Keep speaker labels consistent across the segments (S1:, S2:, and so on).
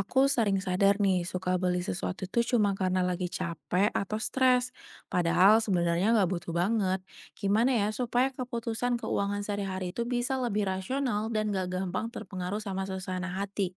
S1: Aku sering sadar nih, suka beli sesuatu itu cuma karena lagi capek atau stres. Padahal sebenarnya nggak butuh banget. Gimana ya supaya keputusan keuangan sehari-hari itu bisa lebih rasional dan nggak gampang terpengaruh sama suasana hati?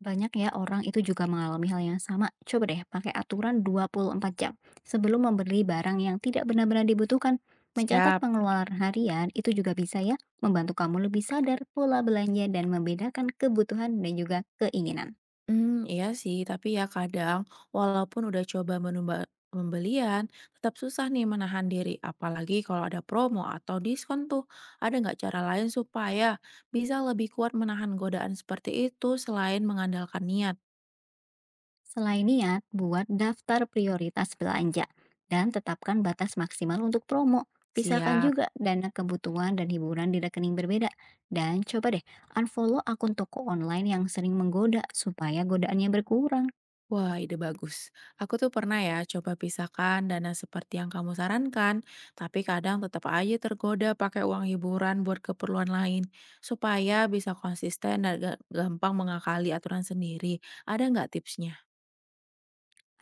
S2: Banyak ya orang itu juga mengalami hal yang sama. Coba deh pakai aturan 24 jam sebelum membeli barang yang tidak benar-benar dibutuhkan. Mencatat
S1: Siap.
S2: pengeluaran harian itu juga bisa ya membantu kamu lebih sadar pola belanja dan membedakan kebutuhan dan juga keinginan.
S1: Iya sih, tapi ya kadang walaupun udah coba menumba pembelian, tetap susah nih menahan diri, apalagi kalau ada promo atau diskon tuh. Ada nggak cara lain supaya bisa lebih kuat menahan godaan seperti itu selain mengandalkan niat?
S2: Selain niat, buat daftar prioritas belanja dan tetapkan batas maksimal untuk promo. Pisahkan
S1: Siap.
S2: juga dana kebutuhan dan hiburan di rekening berbeda. Dan coba deh, unfollow akun toko online yang sering menggoda supaya godaannya berkurang.
S1: Wah, ide bagus. Aku tuh pernah ya coba pisahkan dana seperti yang kamu sarankan, tapi kadang tetap aja tergoda pakai uang hiburan buat keperluan lain, supaya bisa konsisten dan gampang mengakali aturan sendiri. Ada nggak tipsnya?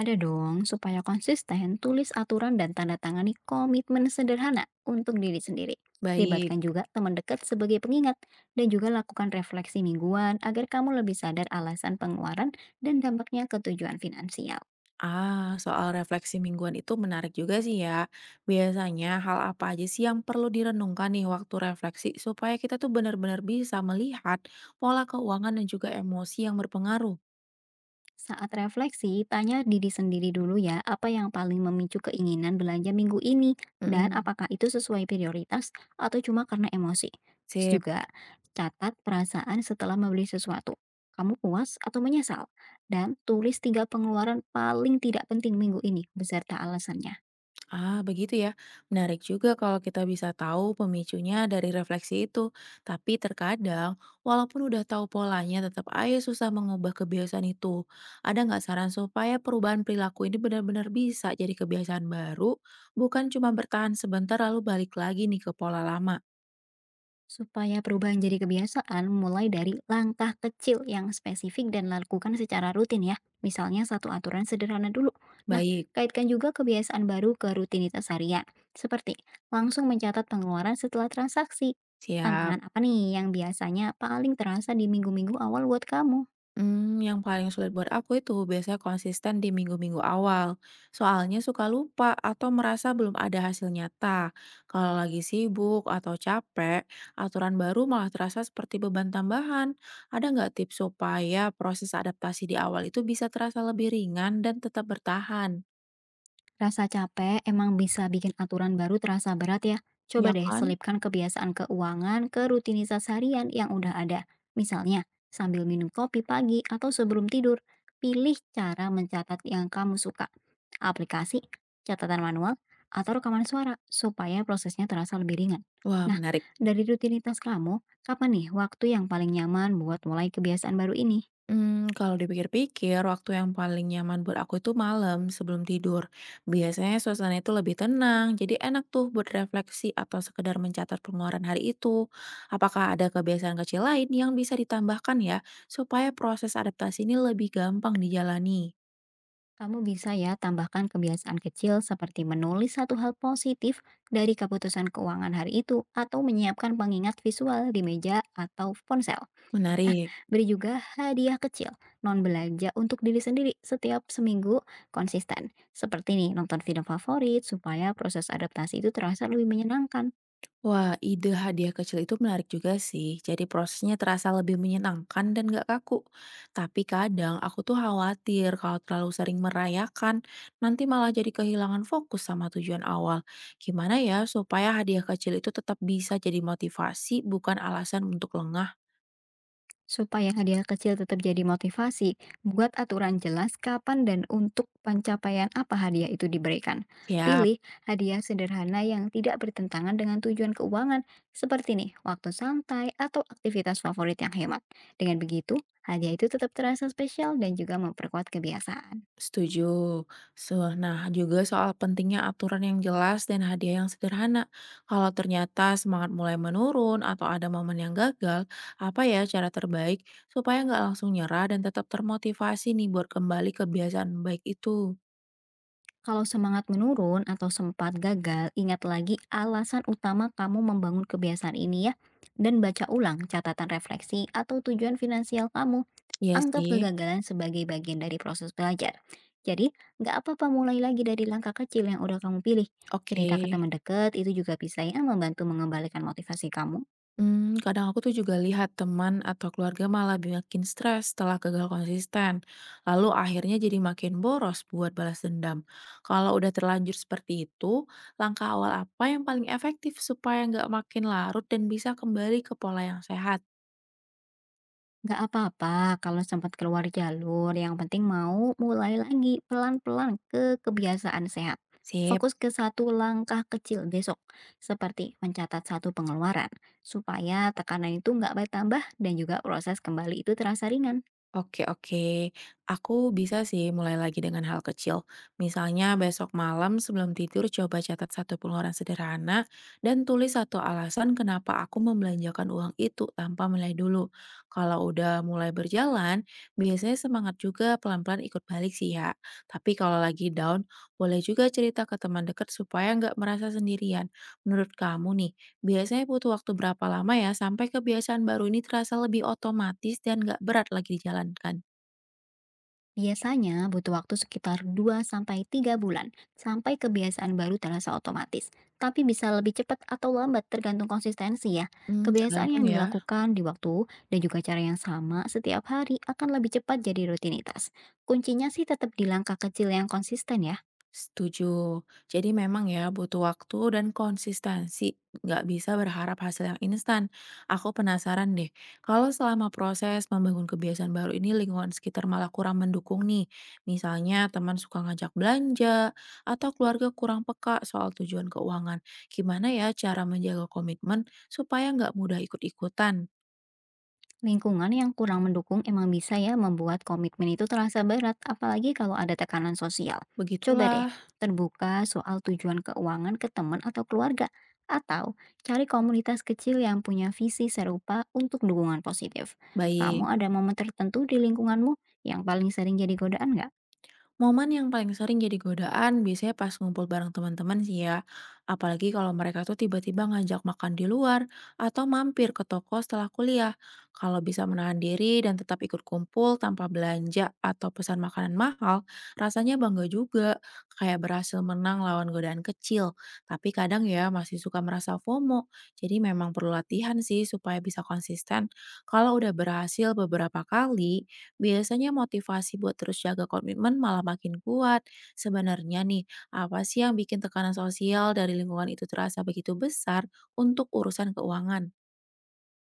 S2: Ada dong, supaya konsisten, tulis aturan dan tanda tangani komitmen sederhana untuk diri sendiri.
S1: Baik.
S2: Libatkan juga teman dekat sebagai pengingat dan juga lakukan refleksi mingguan agar kamu lebih sadar alasan pengeluaran dan dampaknya ke tujuan finansial.
S1: Ah, soal refleksi mingguan itu menarik juga sih ya. Biasanya hal apa aja sih yang perlu direnungkan nih waktu refleksi supaya kita tuh benar-benar bisa melihat pola keuangan dan juga emosi yang berpengaruh?
S2: Saat refleksi, tanya diri sendiri dulu ya, apa yang paling memicu keinginan belanja minggu ini, dan
S1: Mm-mm.
S2: apakah itu sesuai prioritas atau cuma karena emosi. Terus
S1: Sip.
S2: juga, catat perasaan setelah membeli sesuatu. Kamu puas atau menyesal? Dan tulis 3 pengeluaran paling tidak penting minggu ini beserta alasannya.
S1: Ah, begitu ya. Menarik juga kalau kita bisa tahu pemicunya dari refleksi itu. Tapi terkadang, walaupun udah tahu polanya, tetap aja susah mengubah kebiasaan itu. Ada nggak saran supaya perubahan perilaku ini benar-benar bisa jadi kebiasaan baru, bukan cuma bertahan sebentar lalu balik lagi nih ke pola lama?
S2: Supaya perubahan jadi kebiasaan, mulai dari langkah kecil yang spesifik dan lakukan secara rutin ya. Misalnya satu aturan sederhana dulu. Nah,
S1: Baik,
S2: kaitkan juga kebiasaan baru ke rutinitas harian. Seperti langsung mencatat pengeluaran setelah transaksi.
S1: siap.
S2: Tantangan apa nih yang biasanya paling terasa di minggu-minggu awal buat kamu?
S1: Yang paling sulit buat aku itu biasanya konsisten di minggu-minggu awal. Soalnya suka lupa atau merasa belum ada hasil nyata. Kalau lagi sibuk atau capek, aturan baru malah terasa seperti beban tambahan. Ada nggak tips supaya proses adaptasi di awal itu bisa terasa lebih ringan dan tetap bertahan?
S2: Rasa capek emang bisa bikin aturan baru terasa berat ya.
S1: Ya
S2: Coba deh
S1: kan?
S2: selipkan kebiasaan keuangan ke rutinitas harian yang udah ada. Misalnya, sambil minum kopi pagi atau sebelum tidur, pilih cara mencatat yang kamu suka. Aplikasi, catatan manual, atau rekaman suara supaya prosesnya terasa lebih ringan.
S1: Wah,
S2: Nah,
S1: menarik.
S2: dari rutinitas kamu, kapan nih waktu yang paling nyaman buat mulai kebiasaan baru ini?
S1: Kalau dipikir-pikir waktu yang paling nyaman buat aku itu malam sebelum tidur. Biasanya suasana itu lebih tenang, jadi enak tuh buat refleksi atau sekedar mencatat pengeluaran hari itu. Apakah ada kebiasaan kecil lain yang bisa ditambahkan ya, supaya proses adaptasi ini lebih gampang dijalani?
S2: Kamu bisa ya tambahkan kebiasaan kecil seperti menulis satu hal positif dari keputusan keuangan hari itu atau menyiapkan pengingat visual di meja atau ponsel. Nah,
S1: Menarik.
S2: beri juga hadiah kecil non belanja untuk diri sendiri setiap seminggu konsisten. Seperti nih nonton film favorit supaya proses adaptasi itu terasa lebih menyenangkan.
S1: Wah, ide hadiah kecil itu menarik juga sih. Jadi prosesnya terasa lebih menyenangkan dan gak kaku. Tapi kadang aku tuh khawatir kalau terlalu sering merayakan, nanti malah jadi kehilangan fokus sama tujuan awal. Gimana ya supaya hadiah kecil itu tetap bisa jadi motivasi, bukan alasan untuk lengah?
S2: Supaya hadiah kecil tetap jadi motivasi, buat aturan jelas kapan dan untuk pencapaian apa hadiah itu diberikan.
S1: Ya?
S2: Pilih hadiah sederhana yang tidak bertentangan dengan tujuan keuangan, seperti nih, waktu santai atau aktivitas favorit yang hemat. Dengan begitu, hadiah itu tetap terasa spesial dan juga memperkuat kebiasaan.
S1: Setuju. So, nah juga soal pentingnya aturan yang jelas dan hadiah yang sederhana. Kalau ternyata semangat mulai menurun atau ada momen yang gagal, apa ya cara terbaik supaya nggak langsung nyerah dan tetap termotivasi nih buat kembali kebiasaan baik itu?
S2: Kalau semangat menurun atau sempat gagal, ingat lagi alasan utama kamu membangun kebiasaan ini ya, dan baca ulang catatan refleksi atau tujuan finansial kamu.
S1: Iya
S2: Anggap
S1: sih.
S2: kegagalan sebagai bagian dari proses belajar. Jadi, nggak apa-apa mulai lagi dari langkah kecil yang udah kamu pilih.
S1: Oke.
S2: Cerita ke teman dekat itu juga bisa ya membantu mengembalikan motivasi kamu.
S1: Kadang aku tuh juga lihat teman atau keluarga malah makin stres setelah gagal konsisten, lalu akhirnya jadi makin boros buat balas dendam. Kalau udah terlanjur seperti itu, langkah awal apa yang paling efektif supaya nggak makin larut dan bisa kembali ke pola yang sehat?
S2: Nggak apa-apa kalau sempat keluar jalur, yang penting mau mulai lagi pelan-pelan ke kebiasaan sehat.
S1: Sip.
S2: Fokus ke satu langkah kecil besok, seperti mencatat satu pengeluaran, supaya tekanan itu nggak bertambah dan juga proses kembali itu terasa ringan.
S1: Oke oke, aku bisa sih mulai lagi dengan hal kecil. Misalnya besok malam sebelum tidur coba catat satu pengeluaran sederhana dan tulis satu alasan kenapa aku membelanjakan uang itu tanpa mulai dulu. Kalau udah mulai berjalan, biasanya semangat juga pelan-pelan ikut balik sih ya. Tapi kalau lagi down, boleh juga cerita ke teman dekat supaya nggak merasa sendirian. Menurut kamu nih, biasanya butuh waktu berapa lama ya sampai kebiasaan baru ini terasa lebih otomatis dan nggak berat lagi dijalankan?
S2: Biasanya butuh waktu sekitar 2 sampai 3 bulan sampai kebiasaan baru terasa otomatis. Tapi bisa lebih cepat atau lambat tergantung konsistensi ya. Kebiasaan
S1: Tergantung
S2: yang
S1: ya.
S2: dilakukan di waktu dan juga cara yang sama setiap hari akan lebih cepat jadi rutinitas. Kuncinya sih tetap di langkah kecil yang konsisten ya.
S1: Setuju. Jadi memang ya butuh waktu dan konsistensi. Nggak bisa berharap hasil yang instan. Aku penasaran deh, kalau selama proses membangun kebiasaan baru ini lingkungan sekitar malah kurang mendukung nih. Misalnya teman suka ngajak belanja, atau keluarga kurang peka soal tujuan keuangan. Gimana ya cara menjaga komitmen supaya nggak mudah ikut-ikutan?
S2: Lingkungan yang kurang mendukung emang bisa ya membuat komitmen itu terasa berat, apalagi kalau ada tekanan sosial. Coba deh,
S1: Begitulah,
S2: terbuka soal tujuan keuangan ke teman atau keluarga, atau cari komunitas kecil yang punya visi serupa untuk dukungan positif. Kamu
S1: baik.
S2: ada momen tertentu di lingkunganmu yang paling sering jadi godaan nggak?
S1: Momen yang paling sering jadi godaan biasanya pas ngumpul bareng teman-teman sih ya. Apalagi kalau mereka tuh tiba-tiba ngajak makan di luar atau mampir ke toko setelah kuliah. Kalau bisa menahan diri dan tetap ikut kumpul tanpa belanja atau pesan makanan mahal, rasanya bangga juga. Kayak berhasil menang lawan godaan kecil. Tapi kadang ya masih suka merasa FOMO. Jadi memang perlu latihan sih supaya bisa konsisten. Kalau udah berhasil beberapa kali, biasanya motivasi buat terus jaga komitmen malah makin kuat. Sebenarnya nih, apa sih yang bikin tekanan sosial dari lingkungan itu terasa begitu besar untuk urusan keuangan?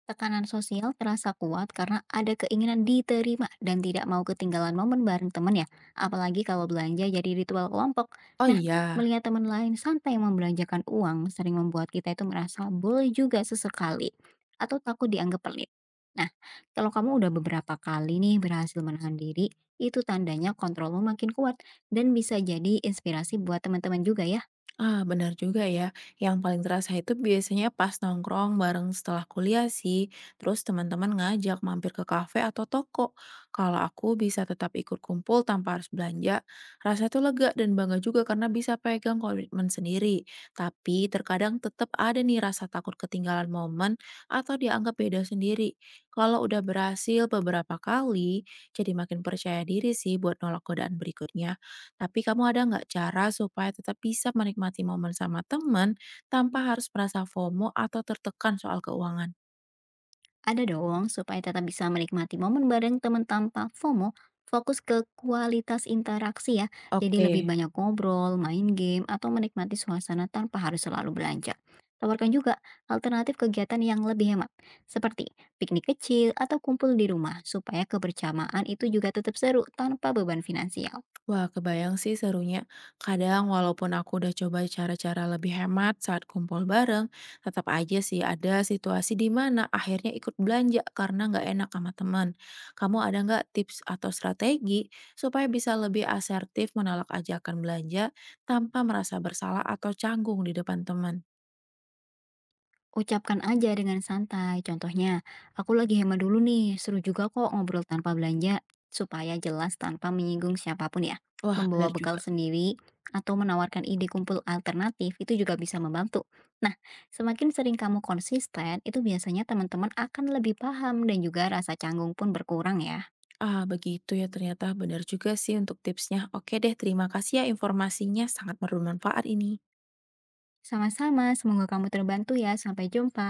S2: Tekanan sosial terasa kuat karena ada keinginan diterima dan tidak mau ketinggalan momen bareng teman ya, apalagi kalau belanja jadi ritual kelompok.
S1: Oh
S2: Nah,
S1: iya,
S2: melihat teman lain santai membelanjakan uang sering membuat kita itu merasa boleh juga sesekali atau takut dianggap pelit. Nah, kalau kamu udah beberapa kali nih berhasil menahan diri, itu tandanya kontrolmu makin kuat dan bisa jadi inspirasi buat teman-teman juga ya.
S1: ah, benar juga ya. Yang paling terasa itu biasanya pas nongkrong bareng setelah kuliah sih. Terus teman-teman ngajak mampir ke kafe atau toko. Kalau aku bisa tetap ikut kumpul tanpa harus belanja, rasa itu lega dan bangga juga karena bisa pegang komitmen sendiri. Tapi terkadang tetap ada nih rasa takut ketinggalan momen atau dianggap beda sendiri. Kalau udah berhasil beberapa kali, jadi makin percaya diri sih buat nolak godaan berikutnya. Tapi kamu ada nggak cara supaya tetap bisa menikmati momen sama teman tanpa harus merasa FOMO atau tertekan soal keuangan?
S2: Ada dong, supaya tetap bisa menikmati momen bareng teman tanpa FOMO, fokus ke kualitas interaksi ya. Jadi lebih
S1: Oke,
S2: banyak ngobrol, main game, atau menikmati suasana tanpa harus selalu belanja. Tawarkan juga alternatif kegiatan yang lebih hemat, seperti piknik kecil atau kumpul di rumah, supaya kebersamaan itu juga tetap seru tanpa beban finansial.
S1: wah kebayang sih serunya. Kadang walaupun aku udah coba cara-cara lebih hemat saat kumpul bareng, tetap aja sih ada situasi di mana akhirnya ikut belanja karena nggak enak sama teman. Kamu ada nggak tips atau strategi supaya bisa lebih asertif menolak ajakan belanja tanpa merasa bersalah atau canggung di depan teman?
S2: Ucapkan aja dengan santai. Contohnya, aku lagi hemat dulu nih, seru juga kok ngobrol tanpa belanja, supaya jelas tanpa menyinggung siapapun ya.
S1: Wah, benar
S2: Membawa
S1: juga.
S2: bekal sendiri atau menawarkan ide kumpul alternatif itu juga bisa membantu. Nah, semakin sering kamu konsisten, itu biasanya teman-teman akan lebih paham dan juga rasa canggung pun berkurang ya.
S1: Ah, begitu ya ternyata benar juga sih untuk tipsnya. Oke deh, terima kasih ya informasinya sangat bermanfaat ini.
S2: Sama-sama, semoga kamu terbantu ya. Sampai jumpa.